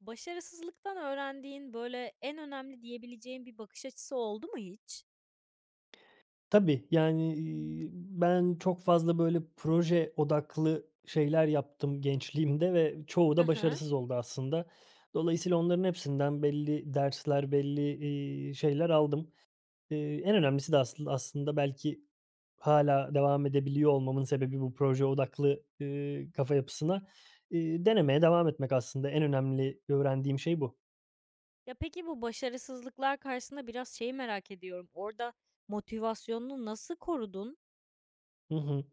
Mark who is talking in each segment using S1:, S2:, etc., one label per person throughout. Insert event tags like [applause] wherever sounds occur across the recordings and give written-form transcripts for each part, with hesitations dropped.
S1: Başarısızlıktan öğrendiğin, böyle, en önemli diyebileceğin bir bakış açısı oldu mu hiç?
S2: Tabii, yani, ben çok fazla böyle proje odaklı şeyler yaptım gençliğimde ve çoğu
S1: Hı
S2: da
S1: hı.
S2: başarısız oldu aslında. Dolayısıyla onların hepsinden belli dersler, belli şeyler aldım. En önemlisi de aslında belki hala devam edebiliyor olmamın sebebi bu proje odaklı, kafa yapısına, denemeye devam etmek aslında en önemli öğrendiğim şey bu.
S1: Ya, peki bu başarısızlıklar karşısında biraz şeyi merak ediyorum. Orada motivasyonunu nasıl korudun?
S2: Hı hı.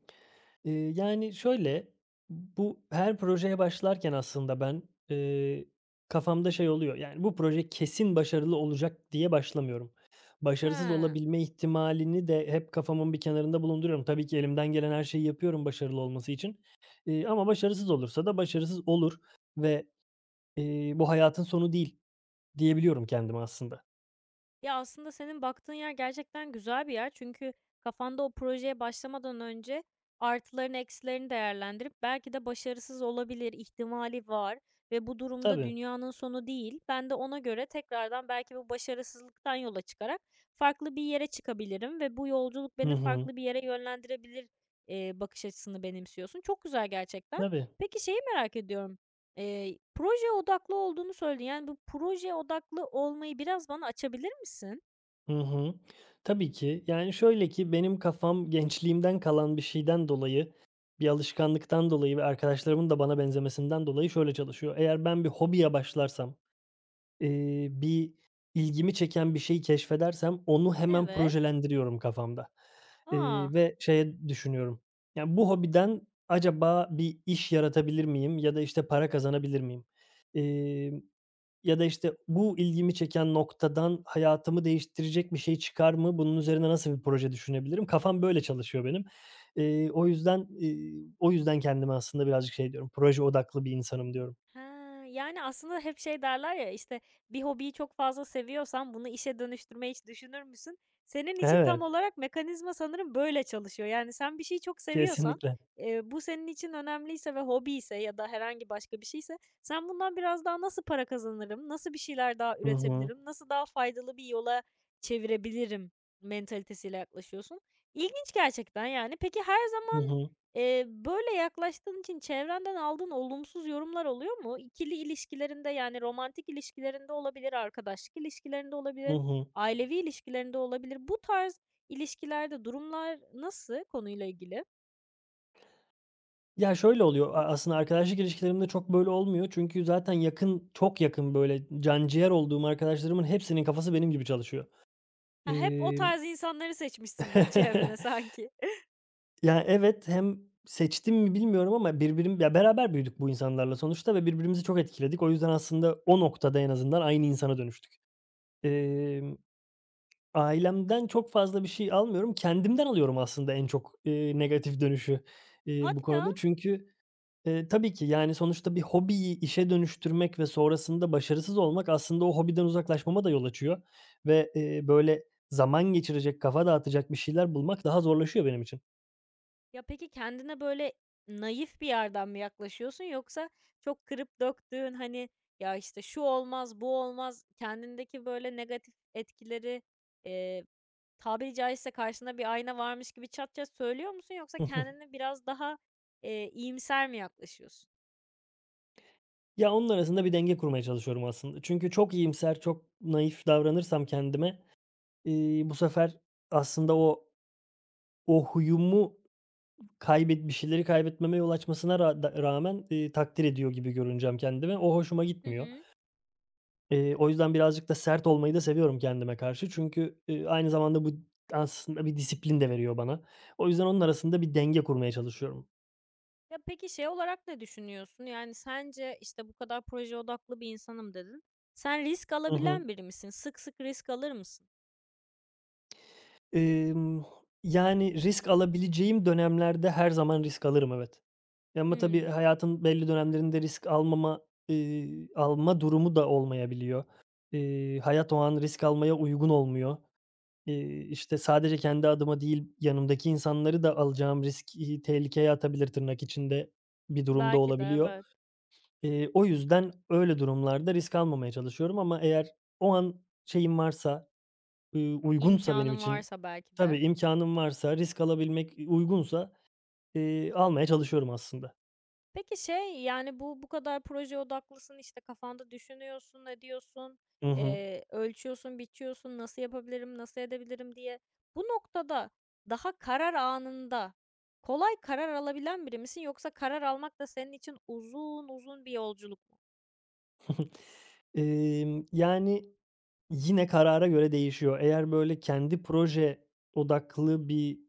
S2: Yani, şöyle, bu her projeye başlarken aslında ben, eee, kafamda şey oluyor, yani, bu proje kesin başarılı olacak diye başlamıyorum. Başarısız
S1: He.
S2: olabilme ihtimalini de hep kafamın bir kenarında bulunduruyorum. Tabii ki elimden gelen her şeyi yapıyorum başarılı olması için, ama başarısız olursa da başarısız olur ve, bu hayatın sonu değil diyebiliyorum kendime aslında.
S1: Ya, aslında senin baktığın yer gerçekten güzel bir yer. Çünkü kafanda o projeye başlamadan önce artılarını, eksilerini değerlendirip belki de başarısız olabilir ihtimali var ve bu durumda
S2: Tabii.
S1: dünyanın sonu değil. Ben de ona göre tekrardan belki bu başarısızlıktan yola çıkarak farklı bir yere çıkabilirim ve bu yolculuk
S2: Hı
S1: beni
S2: hı.
S1: farklı bir yere yönlendirebilir, bakış açısını benimsiyorsun. Çok güzel gerçekten.
S2: Tabii.
S1: Peki şeyi merak ediyorum. Proje odaklı olduğunu söyledin. Yani, bu proje odaklı olmayı biraz bana açabilir misin?
S2: Hı hı. Tabii ki. Yani, şöyle ki benim kafam gençliğimden kalan bir şeyden dolayı, bir alışkanlıktan dolayı ve arkadaşlarımın da bana benzemesinden dolayı şöyle çalışıyor. Eğer ben bir hobiye başlarsam bir ilgimi çeken bir şeyi keşfedersem onu hemen
S1: Evet.
S2: projelendiriyorum kafamda,
S1: Aa.
S2: ve şeye düşünüyorum, yani, bu hobiden acaba bir iş yaratabilir miyim ya da, işte, para kazanabilir miyim? Emm, Ya da, işte, bu ilgimi çeken noktadan hayatımı değiştirecek bir şey çıkar mı? Bunun üzerine nasıl bir proje düşünebilirim? Kafam böyle çalışıyor benim. O yüzden kendime aslında birazcık şey diyorum, proje odaklı bir insanım diyorum.
S1: He, yani, aslında hep şey derler ya, işte, bir hobiyi çok fazla seviyorsan bunu işe dönüştürmeyi hiç düşünür müsün? Senin için tam
S2: Evet,
S1: olarak mekanizma sanırım böyle çalışıyor. Yani, sen bir şeyi çok seviyorsan,
S2: kesinlikle.
S1: bu senin için önemliyse ve hobiyse ya da herhangi başka bir şeyse sen bundan biraz daha nasıl para kazanırım, nasıl bir şeyler daha
S2: Hı hı.
S1: üretebilirim, nasıl daha faydalı bir yola çevirebilirim mentalitesiyle yaklaşıyorsun. İlginç gerçekten, yani. Peki her
S2: Hı
S1: zaman
S2: hı.
S1: Böyle yaklaştığın için çevrenden aldığın olumsuz yorumlar oluyor mu? İkili ilişkilerinde, yani romantik ilişkilerinde olabilir, arkadaşlık ilişkilerinde
S2: Hı
S1: olabilir,
S2: hı.
S1: ailevi ilişkilerinde olabilir. Bu tarz ilişkilerde durumlar nasıl konuyla ilgili?
S2: Ya, şöyle oluyor, aslında arkadaşlık ilişkilerimde çok böyle olmuyor. Çünkü zaten yakın, çok yakın böyle canciğer olduğum arkadaşlarımın hepsinin kafası benim gibi çalışıyor.
S1: Ha, hep o
S2: Emm,
S1: tarz insanları seçmişsin gibi çevrene sanki.
S2: Ya, [laughs] evet, hem seçtim mi bilmiyorum ama ya, beraber büyüdük bu insanlarla sonuçta ve birbirimizi çok etkiledik. O yüzden aslında o noktada en azından aynı insana dönüştük. Emm, Ailemden çok fazla bir şey almıyorum. Kendimden alıyorum aslında en çok, negatif dönüşü,
S1: [laughs]
S2: bu
S1: Hadi ya!
S2: konuda. Çünkü tabii ki, yani, sonuçta bir hobiyi işe dönüştürmek ve sonrasında başarısız olmak aslında o hobiden uzaklaşmama da yol açıyor ve, böyle, zaman geçirecek, kafa dağıtacak bir şeyler bulmak daha zorlaşıyor benim için.
S1: Ya, peki kendine, böyle, naif bir yerden mi yaklaşıyorsun yoksa çok kırıp döktüğün, hani, "Ya, işte, şu olmaz, bu olmaz." kendindeki, böyle, negatif etkileri, eee, tabiri caizse karşında bir ayna varmış gibi çat çat söylüyor musun yoksa
S2: Hı hı.
S1: kendine biraz daha, iyimser mi yaklaşıyorsun?
S2: Ya, onun arasında bir denge kurmaya çalışıyorum aslında. Çünkü çok iyimser, çok naif davranırsam kendime bu sefer aslında o huyumu bir şeyleri kaybetmeme yol açmasına ra da rağmen, takdir ediyor gibi görüneceğim kendime. O hoşuma
S1: Hı
S2: gitmiyor.
S1: hı.
S2: O yüzden birazcık da sert olmayı da seviyorum kendime karşı. Çünkü, aynı zamanda bu aslında bir disiplin de veriyor bana. O yüzden onun arasında bir denge kurmaya çalışıyorum.
S1: Ya, peki şey olarak ne düşünüyorsun? Yani, sence, işte, "Bu kadar proje odaklı bir insanım." dedin. Sen risk
S2: Hı hı.
S1: alabilen biri misin? Sık sık risk alır mısın?
S2: Emm, Yani risk alabileceğim dönemlerde her zaman risk alırım, evet. Ya, ama tabii
S1: Hımm.
S2: hayatın belli dönemlerinde alma durumu da olmayabiliyor. Hayat o an risk almaya uygun olmuyor. İşte, sadece kendi adıma değil, yanımdaki insanları da alacağım risk, tehlikeye atabilir tırnak içinde bir durumda
S1: Belki de
S2: olabiliyor.
S1: evet.
S2: O yüzden öyle durumlarda risk almamaya çalışıyorum ama eğer o an şeyim varsa, uygunsa benim
S1: İmkânın
S2: için
S1: varsa belki
S2: Tabii,
S1: de.
S2: imkanım varsa, risk alabilmek, uygunsa, almaya çalışıyorum aslında.
S1: Peki şey, yani, bu kadar proje odaklısın, işte, kafanda düşünüyorsun, ediyorsun,
S2: Hı hı.
S1: ölçüyorsun, biçiyorsun, nasıl yapabilirim, nasıl edebilirim diye. Bu noktada daha karar anında kolay karar alabilen biri misin yoksa karar almak da senin için uzun uzun bir yolculuk mu?
S2: [laughs] Yani, yine karara göre değişiyor. Eğer, böyle, odaklı bir,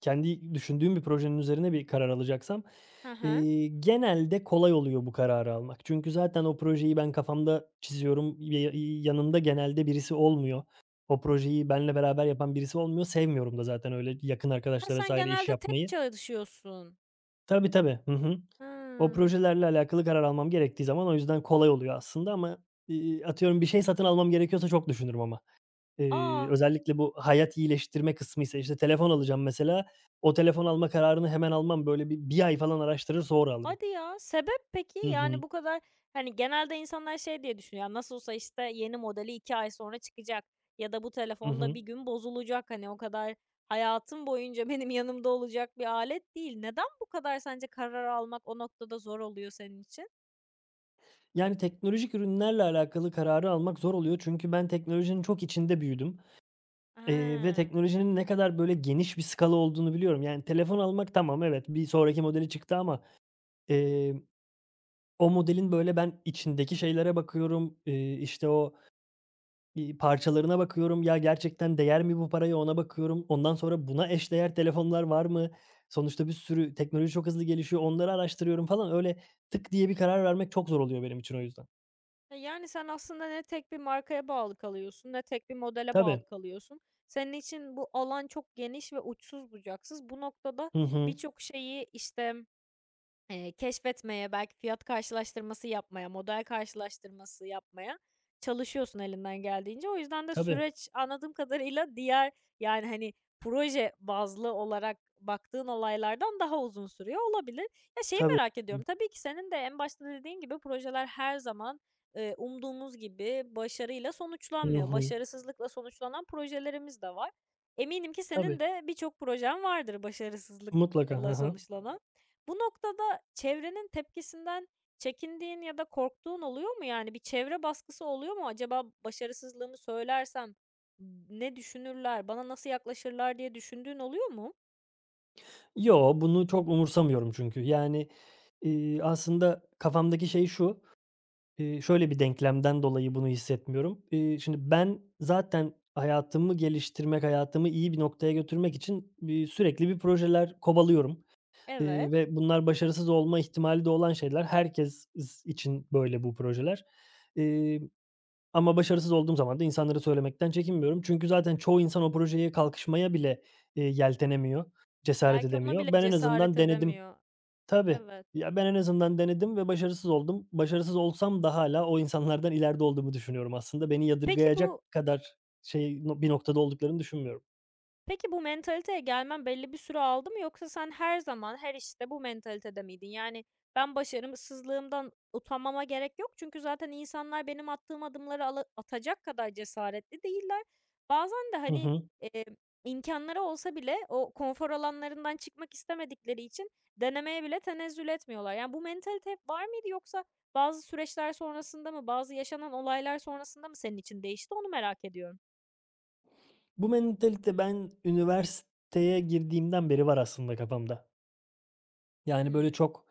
S2: kendi düşündüğüm bir projenin üzerine bir karar alacaksam,
S1: Hı hı.
S2: genelde kolay oluyor bu kararı almak. Çünkü zaten o projeyi ben kafamda çiziyorum. Ya yanımda genelde birisi olmuyor. O projeyi benimle beraber yapan birisi olmuyor. Sevmiyorum da zaten öyle yakın
S1: Ha,
S2: arkadaşla
S1: sen
S2: vs. iş
S1: genelde tek
S2: yapmayı.
S1: çalışıyorsun.
S2: Tabii, tabii. Hı hı. O
S1: Hıı.
S2: projelerle alakalı karar almam gerektiği zaman o yüzden kolay oluyor aslında ama, atıyorum bir şey satın almam gerekiyorsa çok düşünürüm ama.
S1: A!
S2: Özellikle bu hayat iyileştirme kısmıysa, işte, telefon alacağım mesela, o telefon alma kararını hemen almam. Böyle bir ay falan araştırır sonra alırım.
S1: Hadi ya, sebep peki?
S2: Hı
S1: Yani
S2: hı.
S1: bu kadar hani genelde insanlar şey diye düşünüyor, "Ya, nasıl olsa işte yeni modeli 2 ay sonra çıkacak ya da bu
S2: Hı
S1: telefonda
S2: hı.
S1: bir gün bozulacak. Hani o kadar hayatım boyunca [laughs] benim yanımda olacak bir alet değil." Neden bu kadar sence karar almak o noktada zor oluyor senin için?
S2: Yani teknolojik ürünlerle alakalı kararı almak zor oluyor çünkü ben teknolojinin çok içinde büyüdüm, ve
S1: He.
S2: teknolojinin ne kadar böyle geniş bir skala olduğunu biliyorum. Yani telefon almak tamam evet, bir sonraki modeli çıktı ama, eee O modelin, böyle, ben içindeki şeylere bakıyorum, işte, parçalarına bakıyorum. Ya, gerçekten değer mi bu paraya, ona bakıyorum. Ondan sonra buna eşdeğer telefonlar var mı? Sonuçta bir sürü teknoloji çok hızlı gelişiyor. Onları araştırıyorum falan. Öyle tık diye bir karar vermek çok zor oluyor benim için o yüzden.
S1: E, yani sen aslında ne tek bir markaya bağlı kalıyorsun ne tek bir modele bağlı
S2: Tabii.
S1: kalıyorsun. Senin için bu alan çok geniş ve uçsuz bucaksız. Bu noktada
S2: Hı hı.
S1: birçok şeyi, işte keşfetmeye, belki fiyat karşılaştırması yapmaya, model karşılaştırması yapmaya çalışıyorsun elinden geldiğince. O yüzden de
S2: Tabii.
S1: süreç anladığım kadarıyla diğer, yani, hani, proje bazlı olarak baktığın olaylardan daha uzun sürüyor olabilir. Ya, şeyi
S2: Tabii.
S1: merak ediyorum, tabii ki senin de en başta dediğin gibi projeler her zaman, umduğumuz gibi başarıyla
S2: Hı
S1: sonuçlanmıyor.
S2: hı.
S1: Başarısızlıkla sonuçlanan projelerimiz de var. Eminim ki senin
S2: Tabii.
S1: de birçok projen vardır
S2: Mutlaka. Hı
S1: başarısızlıkla
S2: hı.
S1: sonuçlanan. Bu noktada çevrenin tepkisinden çekindiğin ya da korktuğun oluyor mu? Yani bir çevre baskısı oluyor mu? Acaba başarısızlığımı söylersem ne düşünürler, bana nasıl yaklaşırlar diye düşündüğün oluyor mu?
S2: Yo, bunu çok umursamıyorum çünkü. Yani, aslında kafamdaki şey şu şöyle bir denklemden dolayı bunu hissetmiyorum. Şimdi ben zaten hayatımı geliştirmek, hayatımı iyi bir noktaya götürmek için sürekli bir projeler kovalıyorum,
S1: Evet.
S2: ve bunlar başarısız olma ihtimali de olan şeyler. Herkes için böyle bu projeler. Eee, Ama başarısız olduğum zaman da insanlara söylemekten çekinmiyorum. Çünkü zaten çoğu insan o projeye kalkışmaya bile, yeltenemiyor, cesaret
S1: Belki ona
S2: edemiyor.
S1: bile
S2: Ben en
S1: cesaret
S2: azından denedim.
S1: edemiyor.
S2: Tabii.
S1: Evet.
S2: Ya, ben en azından denedim ve başarısız oldum. Başarısız olsam da hala o insanlardan ileride olduğumu düşünüyorum aslında. Beni
S1: Peki bu
S2: yadırgayacak kadar şey no bir noktada olduklarını düşünmüyorum.
S1: Peki bu mentaliteye gelmen belli bir süre aldı mı yoksa sen her zaman, her işte bu mentalitede miydin? Yani ben başarımsızlığımdan utanmama gerek yok çünkü zaten insanlar benim attığım adımları atacak kadar cesaretli değiller. Bazen de
S2: Hı
S1: hani
S2: hı.
S1: e, imkanları olsa bile o konfor alanlarından çıkmak istemedikleri için denemeye bile tenezzül etmiyorlar. Yani bu mentalite hep var mıydı yoksa bazı süreçler sonrasında mı, bazı yaşanan olaylar sonrasında mı senin için değişti onu merak ediyorum.
S2: Bu mentalite ben üniversiteye girdiğimden beri var aslında kafamda. Yani, böyle,
S1: Hmm.
S2: çok,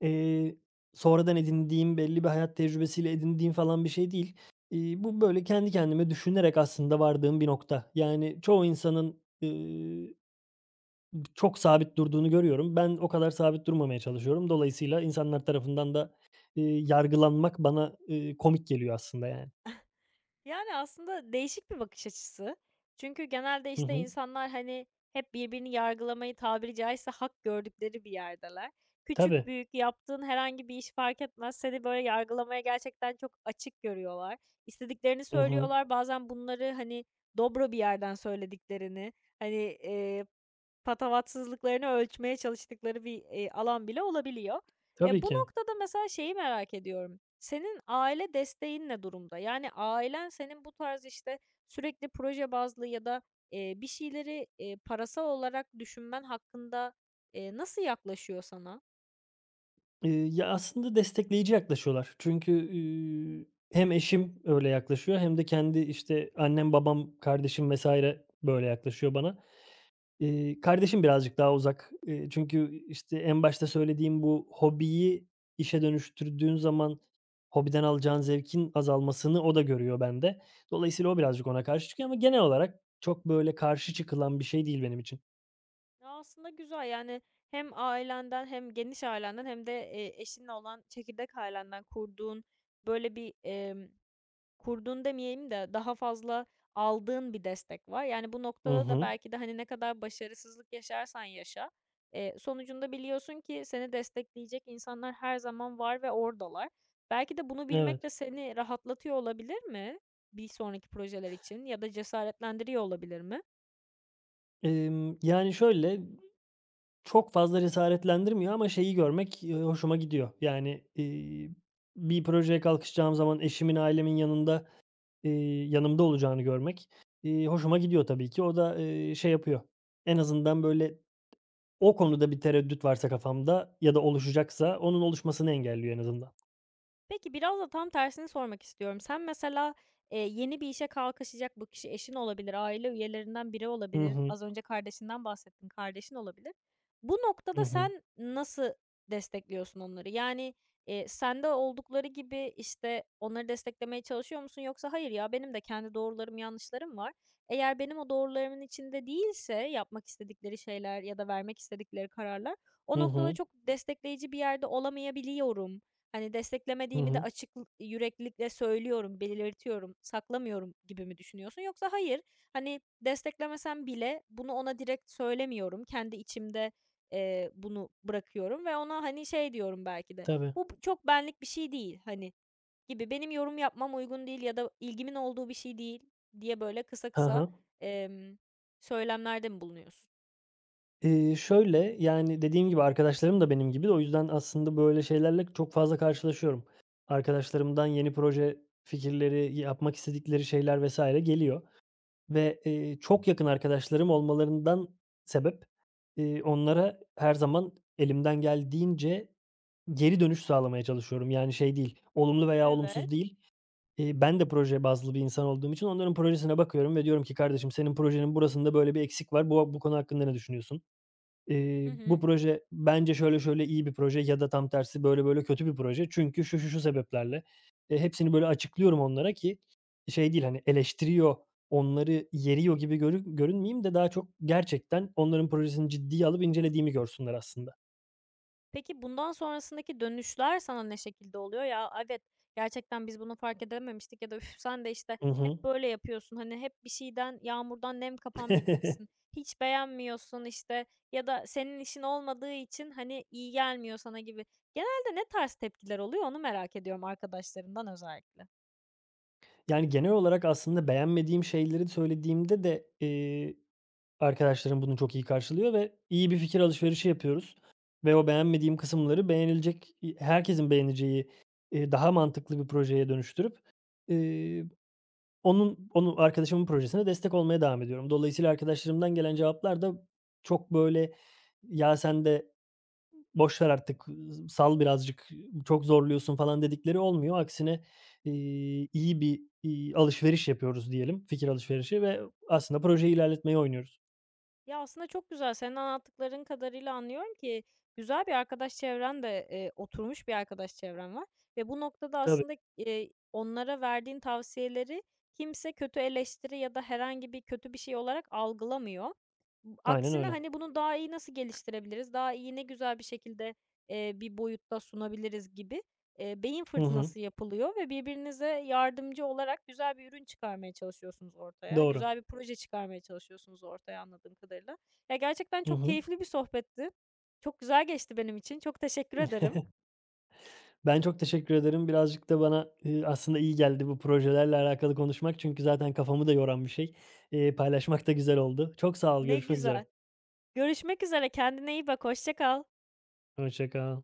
S2: eee, sonradan edindiğim, belli bir hayat tecrübesiyle edindiğim falan bir şey değil. Bu böyle kendi kendime düşünerek aslında vardığım bir nokta. Yani, çoğu insanın çok sabit durduğunu görüyorum. Ben o kadar sabit durmamaya çalışıyorum. Dolayısıyla insanlar tarafından da, yargılanmak bana, komik geliyor aslında yani.
S1: Yani, aslında değişik bir bakış açısı. Çünkü genelde,
S2: Hı
S1: işte,
S2: hı.
S1: insanlar, hani, hep birbirini yargılamayı tabiri caizse hak gördükleri bir yerdeler. Küçük
S2: Tabii.
S1: büyük yaptığın herhangi bir iş fark etmez, seni böyle yargılamaya gerçekten çok açık görüyorlar. İstediklerini
S2: Hı hı.
S1: söylüyorlar. Bazen bunları, hani, dobra bir yerden söylediklerini, hani, patavatsızlıklarını ölçmeye çalıştıkları bir, alan bile olabiliyor. E,
S2: Tabii
S1: bu
S2: ki.
S1: noktada mesela şeyi merak ediyorum. Senin aile desteğin ne durumda? Yani ailen senin bu tarz işte sürekli proje bazlı ya da e, bir şeyleri e, parasal olarak düşünmen hakkında e, nasıl yaklaşıyor sana?
S2: Ya, aslında destekleyici yaklaşıyorlar. Çünkü, hem eşim öyle yaklaşıyor hem de kendi, işte, annem, babam, kardeşim vs. böyle yaklaşıyor bana. Kardeşim birazcık daha uzak. Çünkü, işte, en başta söylediğim bu hobiyi işe dönüştürdüğün zaman hobiden alacağın zevkin azalmasını o da görüyor bende. Dolayısıyla o birazcık ona karşı çıkıyor ama genel olarak çok, böyle, karşı çıkılan bir şey değil benim için.
S1: Ya aslında güzel yani hem ailenden hem geniş ailenden hem de e, eşinle olan çekirdek ailenden kurduğun böyle bir Kurduğun demeyeyim de daha fazla aldığın bir destek var. Yani bu
S2: Hı
S1: noktada da
S2: hı.
S1: belki de, hani, ne kadar başarısızlık yaşarsan yaşa, sonucunda biliyorsun ki seni destekleyecek insanlar her zaman var ve oradalar. Belki de bunu bilmek
S2: Evet.
S1: de seni rahatlatıyor olabilir mi bir sonraki projeler için ya da cesaretlendiriyor olabilir mi?
S2: Yani, şöyle, çok fazla cesaretlendirmiyor ama şeyi görmek, hoşuma gidiyor. Yani, bir projeye kalkışacağım zaman eşimin, ailemin yanında yanımda olacağını görmek, hoşuma gidiyor tabii ki. O da, şey yapıyor, en azından böyle o konuda bir tereddüt varsa kafamda ya da oluşacaksa onun oluşmasını engelliyor en azından.
S1: Peki, biraz da tam tersini sormak istiyorum. Sen mesela, yeni bir işe kalkışacak bu kişi eşin olabilir, aile üyelerinden biri
S2: Hı
S1: olabilir,
S2: hı.
S1: az önce kardeşinden bahsettin, kardeşin olabilir. Bu
S2: Hı
S1: noktada
S2: hı.
S1: sen nasıl destekliyorsun onları? Yani, sende oldukları gibi, işte, onları desteklemeye çalışıyor musun yoksa hayır ya benim de kendi doğrularım, yanlışlarım var. Eğer benim o doğrularımın içinde değilse yapmak istedikleri şeyler ya da vermek istedikleri kararlar, o
S2: Hı
S1: noktada
S2: hı.
S1: çok destekleyici bir yerde olamayabiliyorum. Hani,
S2: Hı
S1: desteklemediğimi de
S2: hı.
S1: açık yüreklilikle söylüyorum, belirtiyorum, saklamıyorum gibi mi düşünüyorsun? Yoksa hayır, hani, desteklemesem bile bunu ona direkt söylemiyorum. Kendi içimde, bunu bırakıyorum ve ona, hani, şey diyorum belki de,
S2: Tabii.
S1: "Bu çok benlik bir şey değil." hani, gibi, "Benim yorum yapmam uygun değil ya da ilgimin olduğu bir şey değil." diye böyle kısa
S2: Hı
S1: kısa,
S2: hı.
S1: emm, söylemlerde mi bulunuyorsun?
S2: Şöyle, yani, dediğim gibi arkadaşlarım da benim gibi. O yüzden aslında böyle şeylerle çok fazla karşılaşıyorum. Arkadaşlarımdan yeni proje fikirleri, yapmak istedikleri şeyler vs. geliyor. Ve, çok yakın arkadaşlarım olmalarından sebep, onlara her zaman elimden geldiğince geri dönüş sağlamaya çalışıyorum. Yani şey değil, olumlu veya
S1: Evet.
S2: olumsuz değil. Ben de proje bazlı bir insan olduğum için onların projesine bakıyorum ve diyorum ki, "Kardeşim, senin projenin burasında böyle bir eksik var. Bu konu hakkında ne düşünüyorsun?"
S1: Hı
S2: Bu
S1: hı.
S2: proje bence şöyle şöyle iyi bir proje ya da tam tersi böyle böyle kötü bir proje. Çünkü şu şu şu sebeplerle. E, hepsini böyle açıklıyorum onlara ki şey değil hani eleştiriyor, onları yeriyor gibi görünmeyeyim de daha çok gerçekten onların projesini ciddiye alıp incelediğimi görsünler aslında.
S1: Peki bundan sonrasındaki dönüşler sana ne şekilde oluyor? "Ya, evet, gerçekten biz bunu fark edememiştik." ya da "Üf, sen de, işte,
S2: Hı hı.
S1: hep böyle yapıyorsun. Hani, hep bir şeyden, yağmurdan nem kapan bir tipsin.
S2: [laughs]
S1: Hiç beğenmiyorsun." işte, ya da "Senin işin olmadığı için, hani, iyi gelmiyor sana." gibi. Genelde ne tarz tepkiler oluyor, onu merak ediyorum arkadaşlarından özellikle.
S2: Yani genel olarak aslında beğenmediğim şeyleri söylediğimde de, arkadaşlarım bunu çok iyi karşılıyor ve iyi bir fikir alışverişi yapıyoruz ve o beğenmediğim kısımları beğenilecek, i herkesin beğeneceği, daha mantıklı bir projeye dönüştürüp, eee, onu arkadaşımın projesine destek olmaya devam ediyorum. Dolayısıyla arkadaşlarımdan gelen cevaplar da çok böyle, "Ya, sen de boş ver artık, sal birazcık, çok zorluyorsun." falan dedikleri olmuyor. Aksine, iyi bir, alışveriş yapıyoruz diyelim, fikir alışverişi ve aslında projeyi ilerletmeyi oynuyoruz.
S1: Ya, aslında çok güzel. Senin anlattıkların kadarıyla anlıyorum ki güzel bir arkadaş çevren de, oturmuş bir arkadaş çevren var ve bu noktada
S2: Tabii.
S1: aslında, onlara verdiğin tavsiyeleri kimse kötü eleştiri ya da herhangi bir kötü bir şey olarak algılamıyor.
S2: Aynen
S1: Aksine,
S2: öyle.
S1: hani, bunu daha iyi nasıl geliştirebiliriz, daha iyi ne güzel bir şekilde, bir boyutta sunabiliriz gibi, beyin
S2: Hı hı.
S1: fırtınası yapılıyor ve birbirinize yardımcı olarak güzel bir ürün çıkarmaya çalışıyorsunuz ortaya.
S2: Doğru.
S1: Güzel bir proje çıkarmaya çalışıyorsunuz ortaya anladığım kadarıyla. Ya, gerçekten
S2: Hı
S1: çok
S2: hı.
S1: keyifli bir sohbetti. Çok güzel geçti benim için. Çok teşekkür ederim.
S2: Ben çok teşekkür ederim. Birazcık da bana, aslında iyi geldi bu projelerle alakalı konuşmak. Çünkü zaten kafamı da yoran bir şey. Paylaşmak da güzel oldu. Çok sağ ol,
S1: Ne
S2: görüşmek
S1: güzel.
S2: üzere.
S1: Görüşmek üzere, kendine iyi bak, hoşça kal.
S2: Hoşça kal.